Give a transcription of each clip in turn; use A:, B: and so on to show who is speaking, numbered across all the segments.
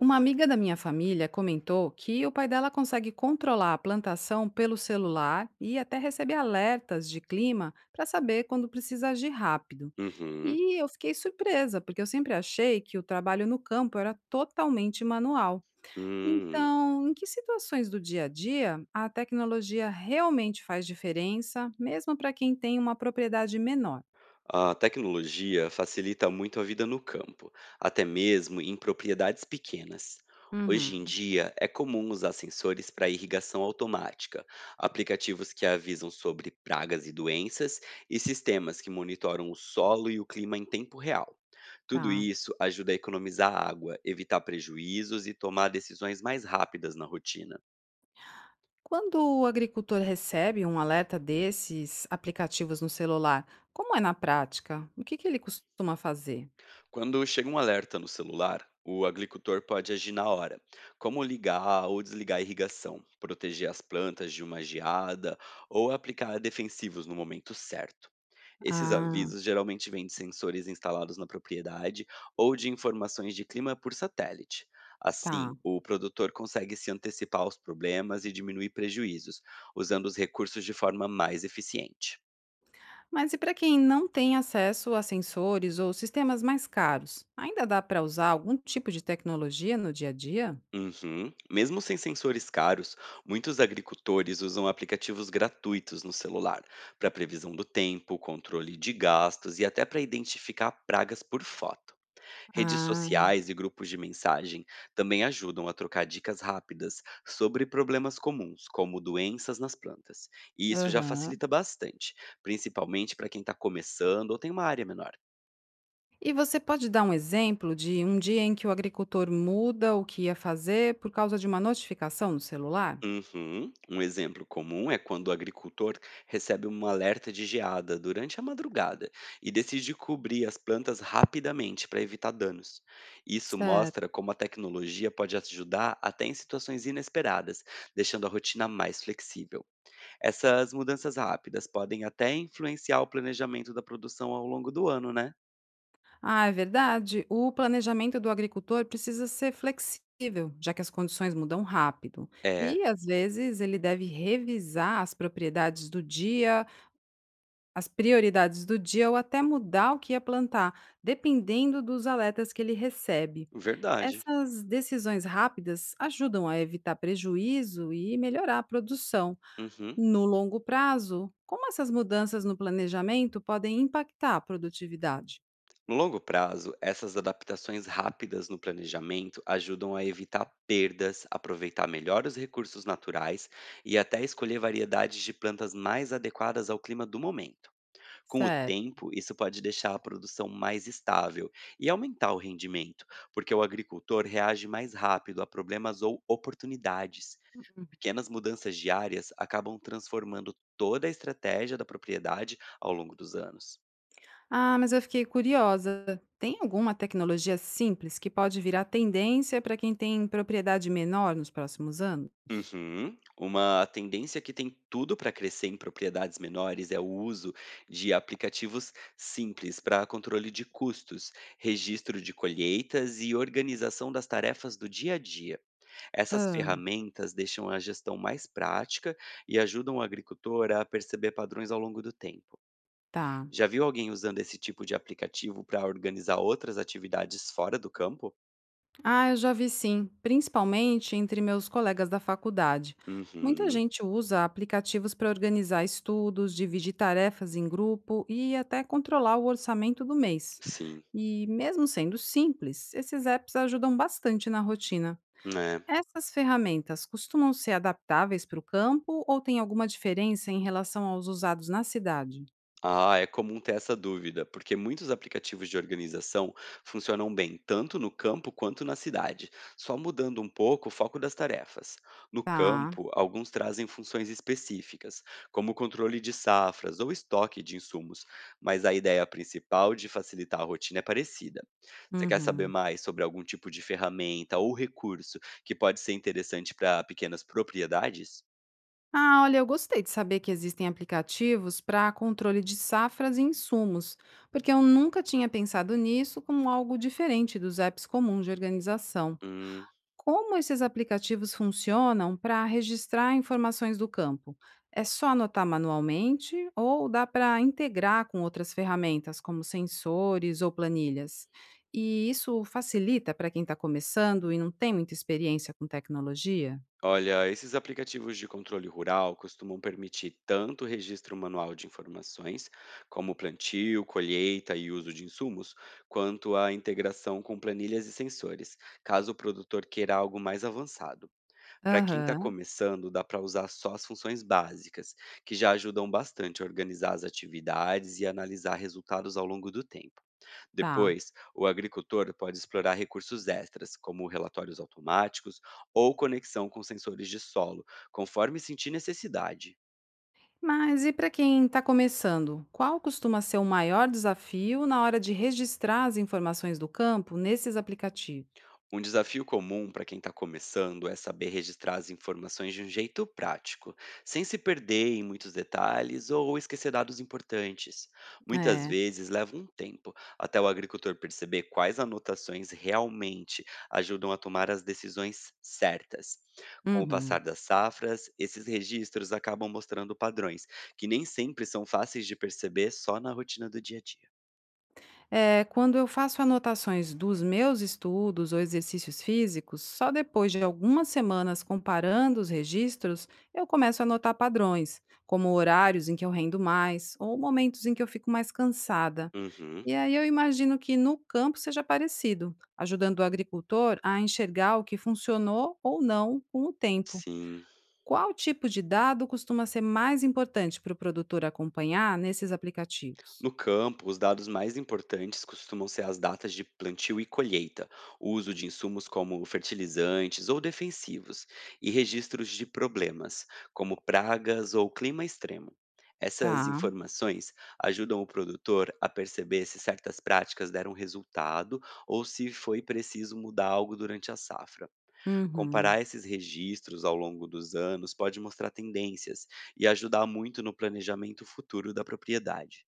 A: Uma amiga da minha família comentou que o pai dela consegue controlar a plantação pelo celular e até recebe alertas de clima para saber quando precisa agir rápido.
B: Uhum.
A: E eu fiquei surpresa, porque eu sempre achei que o trabalho no campo era totalmente manual.
B: Hum.
A: Então, em que situações do dia a dia a tecnologia realmente faz diferença, mesmo para quem tem uma propriedade menor?
B: A tecnologia facilita muito a vida no campo, até mesmo em propriedades pequenas. Hoje em
A: Uhum,
B: dia, é comum usar sensores para irrigação automática, aplicativos que avisam sobre pragas e doenças e sistemas que monitoram o solo e o clima em tempo real. Tudo
A: tá.
B: isso ajuda a economizar água, evitar prejuízos e tomar decisões mais rápidas na rotina.
A: Quando o agricultor recebe um alerta desses aplicativos no celular, como é na prática? O que ele costuma fazer?
B: Quando chega um alerta no celular, o agricultor pode agir na hora, como ligar ou desligar a irrigação, proteger as plantas de uma geada ou aplicar defensivos no momento certo. Esses
A: Ah,
B: avisos geralmente vêm de sensores instalados na propriedade ou de informações de clima por satélite. Assim,
A: tá.
B: o produtor consegue se antecipar aos problemas e diminuir prejuízos, usando os recursos de forma mais eficiente.
A: Mas e para quem não tem acesso a sensores ou sistemas mais caros, ainda dá para usar algum tipo de tecnologia no dia a dia?
B: Uhum. Mesmo sem sensores caros, muitos agricultores usam aplicativos gratuitos no celular para previsão do tempo, controle de gastos e até para identificar pragas por foto. Redes
A: Ah,
B: sociais e grupos de mensagem também ajudam a trocar dicas rápidas sobre problemas comuns, como doenças nas plantas. E isso já
A: aham.
B: facilita bastante, principalmente para quem está começando ou tem uma área menor.
A: E você pode dar um exemplo de um dia em que o agricultor muda o que ia fazer por causa de uma notificação no celular?
B: Uhum. Um exemplo comum é quando o agricultor recebe um alerta de geada durante a madrugada e decide cobrir as plantas rapidamente para evitar danos. Isso mostra
A: Certo.
B: como a tecnologia pode ajudar até em situações inesperadas, deixando a rotina mais flexível. Essas mudanças rápidas podem até influenciar o planejamento da produção ao longo do ano, né?
A: Ah, é verdade. O planejamento do agricultor precisa ser flexível, já que as condições mudam rápido.
B: É,
A: E, às vezes, ele deve revisar as propriedades do dia, as prioridades do dia, ou até mudar o que ia plantar, dependendo dos alertas que ele recebe.
B: verdade.
A: Essas decisões rápidas ajudam a evitar prejuízo e melhorar a produção.
B: Uhum.
A: No longo prazo, como essas mudanças no planejamento podem impactar a produtividade?
B: No longo prazo, essas adaptações rápidas no planejamento ajudam a evitar perdas, aproveitar melhor os recursos naturais e até escolher variedades de plantas mais adequadas ao clima do momento. Com o
A: Certo.
B: tempo, isso pode deixar a produção mais estável e aumentar o rendimento, porque o agricultor reage mais rápido a problemas ou oportunidades. Pequenas mudanças diárias acabam transformando toda a estratégia da propriedade ao longo dos anos.
A: Ah, mas eu fiquei curiosa. Tem alguma tecnologia simples que pode virar tendência para quem tem propriedade menor nos próximos anos?
B: Uhum. Uma tendência que tem tudo para crescer em propriedades menores é o uso de aplicativos simples para controle de custos, registro de colheitas e organização das tarefas do dia a dia. Essas
A: Ah,
B: ferramentas deixam a gestão mais prática e ajudam o agricultor a perceber padrões ao longo do tempo.
A: tá.
B: Já viu alguém usando esse tipo de aplicativo para organizar outras atividades fora do campo?
A: Ah, eu já vi sim, principalmente entre meus colegas da faculdade. Muita
B: Uhum.
A: gente usa aplicativos para organizar estudos, dividir tarefas em grupo e até controlar o orçamento do mês.
B: Sim.
A: E mesmo sendo simples, esses apps ajudam bastante na rotina.
B: É.
A: Essas ferramentas costumam ser adaptáveis para o campo ou tem alguma diferença em relação aos usados na cidade?
B: Ah, é comum ter essa dúvida, porque muitos aplicativos de organização funcionam bem tanto no campo quanto na cidade, só mudando um pouco o foco das tarefas. No
A: Tá.
B: campo, alguns trazem funções específicas, como controle de safras ou estoque de insumos, mas a ideia principal de facilitar a rotina é parecida. Você quer saber
A: Uhum.
B: mais sobre algum tipo de ferramenta ou recurso que pode ser interessante para pequenas propriedades?
A: Ah, olha, eu gostei de saber que existem aplicativos para controle de safras e insumos, porque eu nunca tinha pensado nisso como algo diferente dos apps comuns de organização.
B: Hum.
A: Como esses aplicativos funcionam para registrar informações do campo? É só anotar manualmente ou dá para integrar com outras ferramentas, como sensores ou planilhas? E isso facilita para quem está começando e não tem muita experiência com tecnologia?
B: Olha, esses aplicativos de controle rural costumam permitir tanto o registro manual de informações, como plantio, colheita e uso de insumos, quanto a integração com planilhas e sensores, caso o produtor queira algo mais avançado. Para quem está
A: Aham,
B: começando, dá para usar só as funções básicas, que já ajudam bastante a organizar as atividades e analisar resultados ao longo do tempo.
A: tá.
B: Depois, o agricultor pode explorar recursos extras, como relatórios automáticos ou conexão com sensores de solo, conforme sentir necessidade.
A: Mas e para quem está começando, qual costuma ser o maior desafio na hora de registrar as informações do campo nesses aplicativos?
B: Um desafio comum para quem está começando é saber registrar as informações de um jeito prático, sem se perder em muitos detalhes ou esquecer dados importantes. Muitas
A: É.
B: vezes leva um tempo até o agricultor perceber quais anotações realmente ajudam a tomar as decisões certas. Com o
A: Uhum.
B: passar das safras, esses registros acabam mostrando padrões que nem sempre são fáceis de perceber só na rotina do dia a dia.
A: É, quando eu faço anotações dos meus estudos ou exercícios físicos, só depois de algumas semanas comparando os registros, eu começo a notar padrões, como horários em que eu rendo mais ou momentos em que eu fico mais cansada.
B: Uhum,
A: E aí eu imagino que no campo seja parecido, ajudando o agricultor a enxergar o que funcionou ou não com o tempo.
B: sim.
A: Qual tipo de dado costuma ser mais importante para o produtor acompanhar nesses aplicativos?
B: No campo, os dados mais importantes costumam ser as datas de plantio e colheita, o uso de insumos como fertilizantes ou defensivos, e registros de problemas, como pragas ou clima extremo. Essas
A: Tá.
B: informações ajudam o produtor a perceber se certas práticas deram resultado ou se foi preciso mudar algo durante a safra.
A: Uhum.
B: Comparar esses registros ao longo dos anos pode mostrar tendências e ajudar muito no planejamento futuro da propriedade.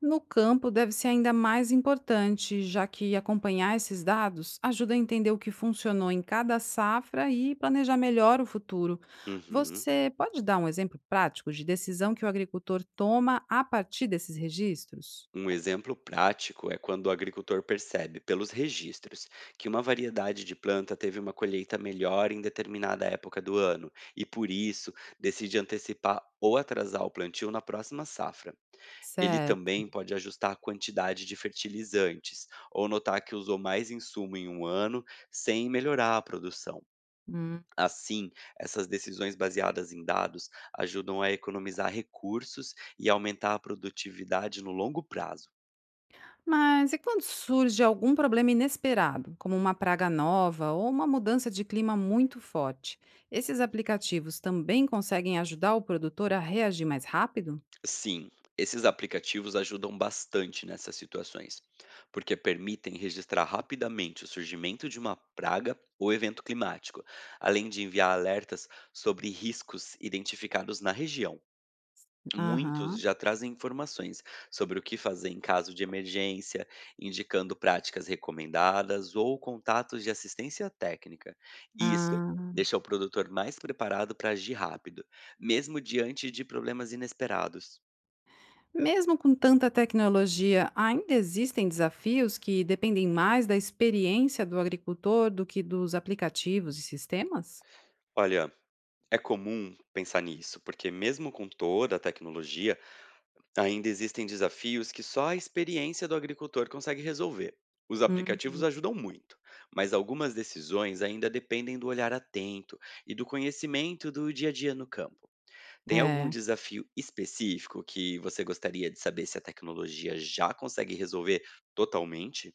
A: No campo, deve ser ainda mais importante, já que acompanhar esses dados ajuda a entender o que funcionou em cada safra e planejar melhor o futuro.
B: Uhum.
A: Você pode dar um exemplo prático de decisão que o agricultor toma a partir desses registros?
B: Um exemplo prático é quando o agricultor percebe, pelos registros, que uma variedade de planta teve uma colheita melhor em determinada época do ano e, por isso, decide antecipar ou atrasar o plantio na próxima safra. Ele
A: Certo.
B: também pode ajustar a quantidade de fertilizantes ou notar que usou mais insumo em um ano sem melhorar a produção.
A: Hum.
B: Assim, essas decisões baseadas em dados ajudam a economizar recursos e aumentar a produtividade no longo prazo.
A: Mas e quando surge algum problema inesperado, como uma praga nova ou uma mudança de clima muito forte? Esses aplicativos também conseguem ajudar o produtor a reagir mais rápido?
B: Sim, esses aplicativos ajudam bastante nessas situações, porque permitem registrar rapidamente o surgimento de uma praga ou evento climático, além de enviar alertas sobre riscos identificados na região. Muitos
A: Aham.
B: já trazem informações sobre o que fazer em caso de emergência, indicando práticas recomendadas ou contatos de assistência técnica. Isso
A: Ah.
B: deixa o produtor mais preparado para agir rápido, mesmo diante de problemas inesperados.
A: Mesmo com tanta tecnologia, ainda existem desafios que dependem mais da experiência do agricultor do que dos aplicativos e sistemas?
B: Olha, é comum pensar nisso, porque mesmo com toda a tecnologia, ainda existem desafios que só a experiência do agricultor consegue resolver. Os
A: Hum,
B: aplicativos ajudam muito, mas algumas decisões ainda dependem do olhar atento e do conhecimento do dia a dia no campo. Tem algum
A: é.
B: desafio específico que você gostaria de saber se a tecnologia já consegue resolver totalmente?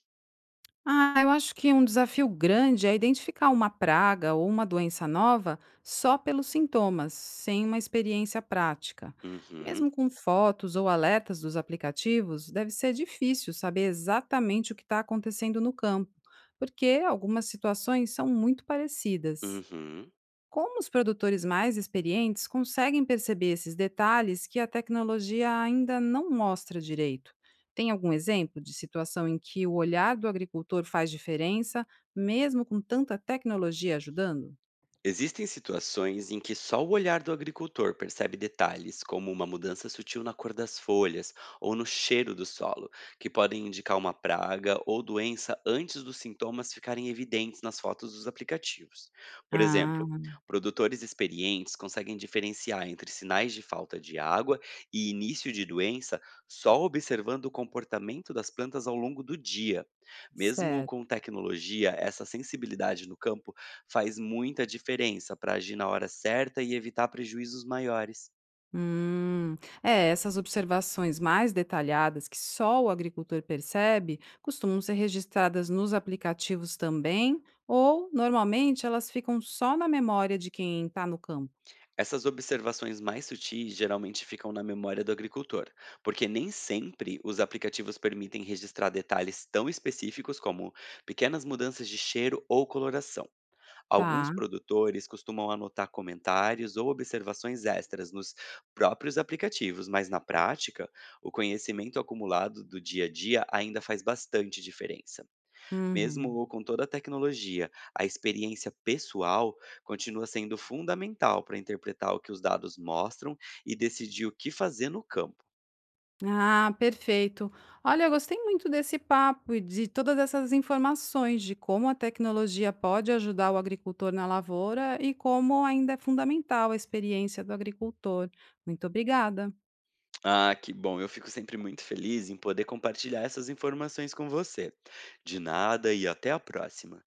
A: Ah, eu acho que um desafio grande é identificar uma praga ou uma doença nova só pelos sintomas, sem uma experiência prática.
B: Uhum,
A: Mesmo com fotos ou alertas dos aplicativos, deve ser difícil saber exatamente o que está acontecendo no campo, porque algumas situações são muito parecidas.
B: uhum.
A: Como os produtores mais experientes conseguem perceber esses detalhes que a tecnologia ainda não mostra direito? Tem algum exemplo de situação em que o olhar do agricultor faz diferença, mesmo com tanta tecnologia ajudando?
B: Existem situações em que só o olhar do agricultor percebe detalhes, como uma mudança sutil na cor das folhas ou no cheiro do solo, que podem indicar uma praga ou doença antes dos sintomas ficarem evidentes nas fotos dos aplicativos. Por exemplo,
A: Ah,
B: produtores experientes conseguem diferenciar entre sinais de falta de água e início de doença só observando o comportamento das plantas ao longo do dia. Mesmo com
A: certo.
B: tecnologia, essa sensibilidade no campo faz muita diferença para agir na hora certa e evitar prejuízos maiores.
A: Hum, é, essas observações mais detalhadas que só o agricultor percebe costumam ser registradas nos aplicativos também, ou normalmente elas ficam só na memória de quem está no campo.
B: Essas observações mais sutis geralmente ficam na memória do agricultor, porque nem sempre os aplicativos permitem registrar detalhes tão específicos como pequenas mudanças de cheiro ou coloração. Alguns
A: Tá.
B: produtores costumam anotar comentários ou observações extras nos próprios aplicativos, mas na prática, o conhecimento acumulado do dia a dia ainda faz bastante diferença.
A: Uhum.
B: Mesmo com toda a tecnologia, a experiência pessoal continua sendo fundamental para interpretar o que os dados mostram e decidir o que fazer no campo.
A: Ah, perfeito. Olha, eu gostei muito desse papo e de todas essas informações de como a tecnologia pode ajudar o agricultor na lavoura e como ainda é fundamental a experiência do agricultor. Muito obrigada.
B: Ah, que bom! Eu fico sempre muito feliz em poder compartilhar essas informações com você. De nada e até a próxima.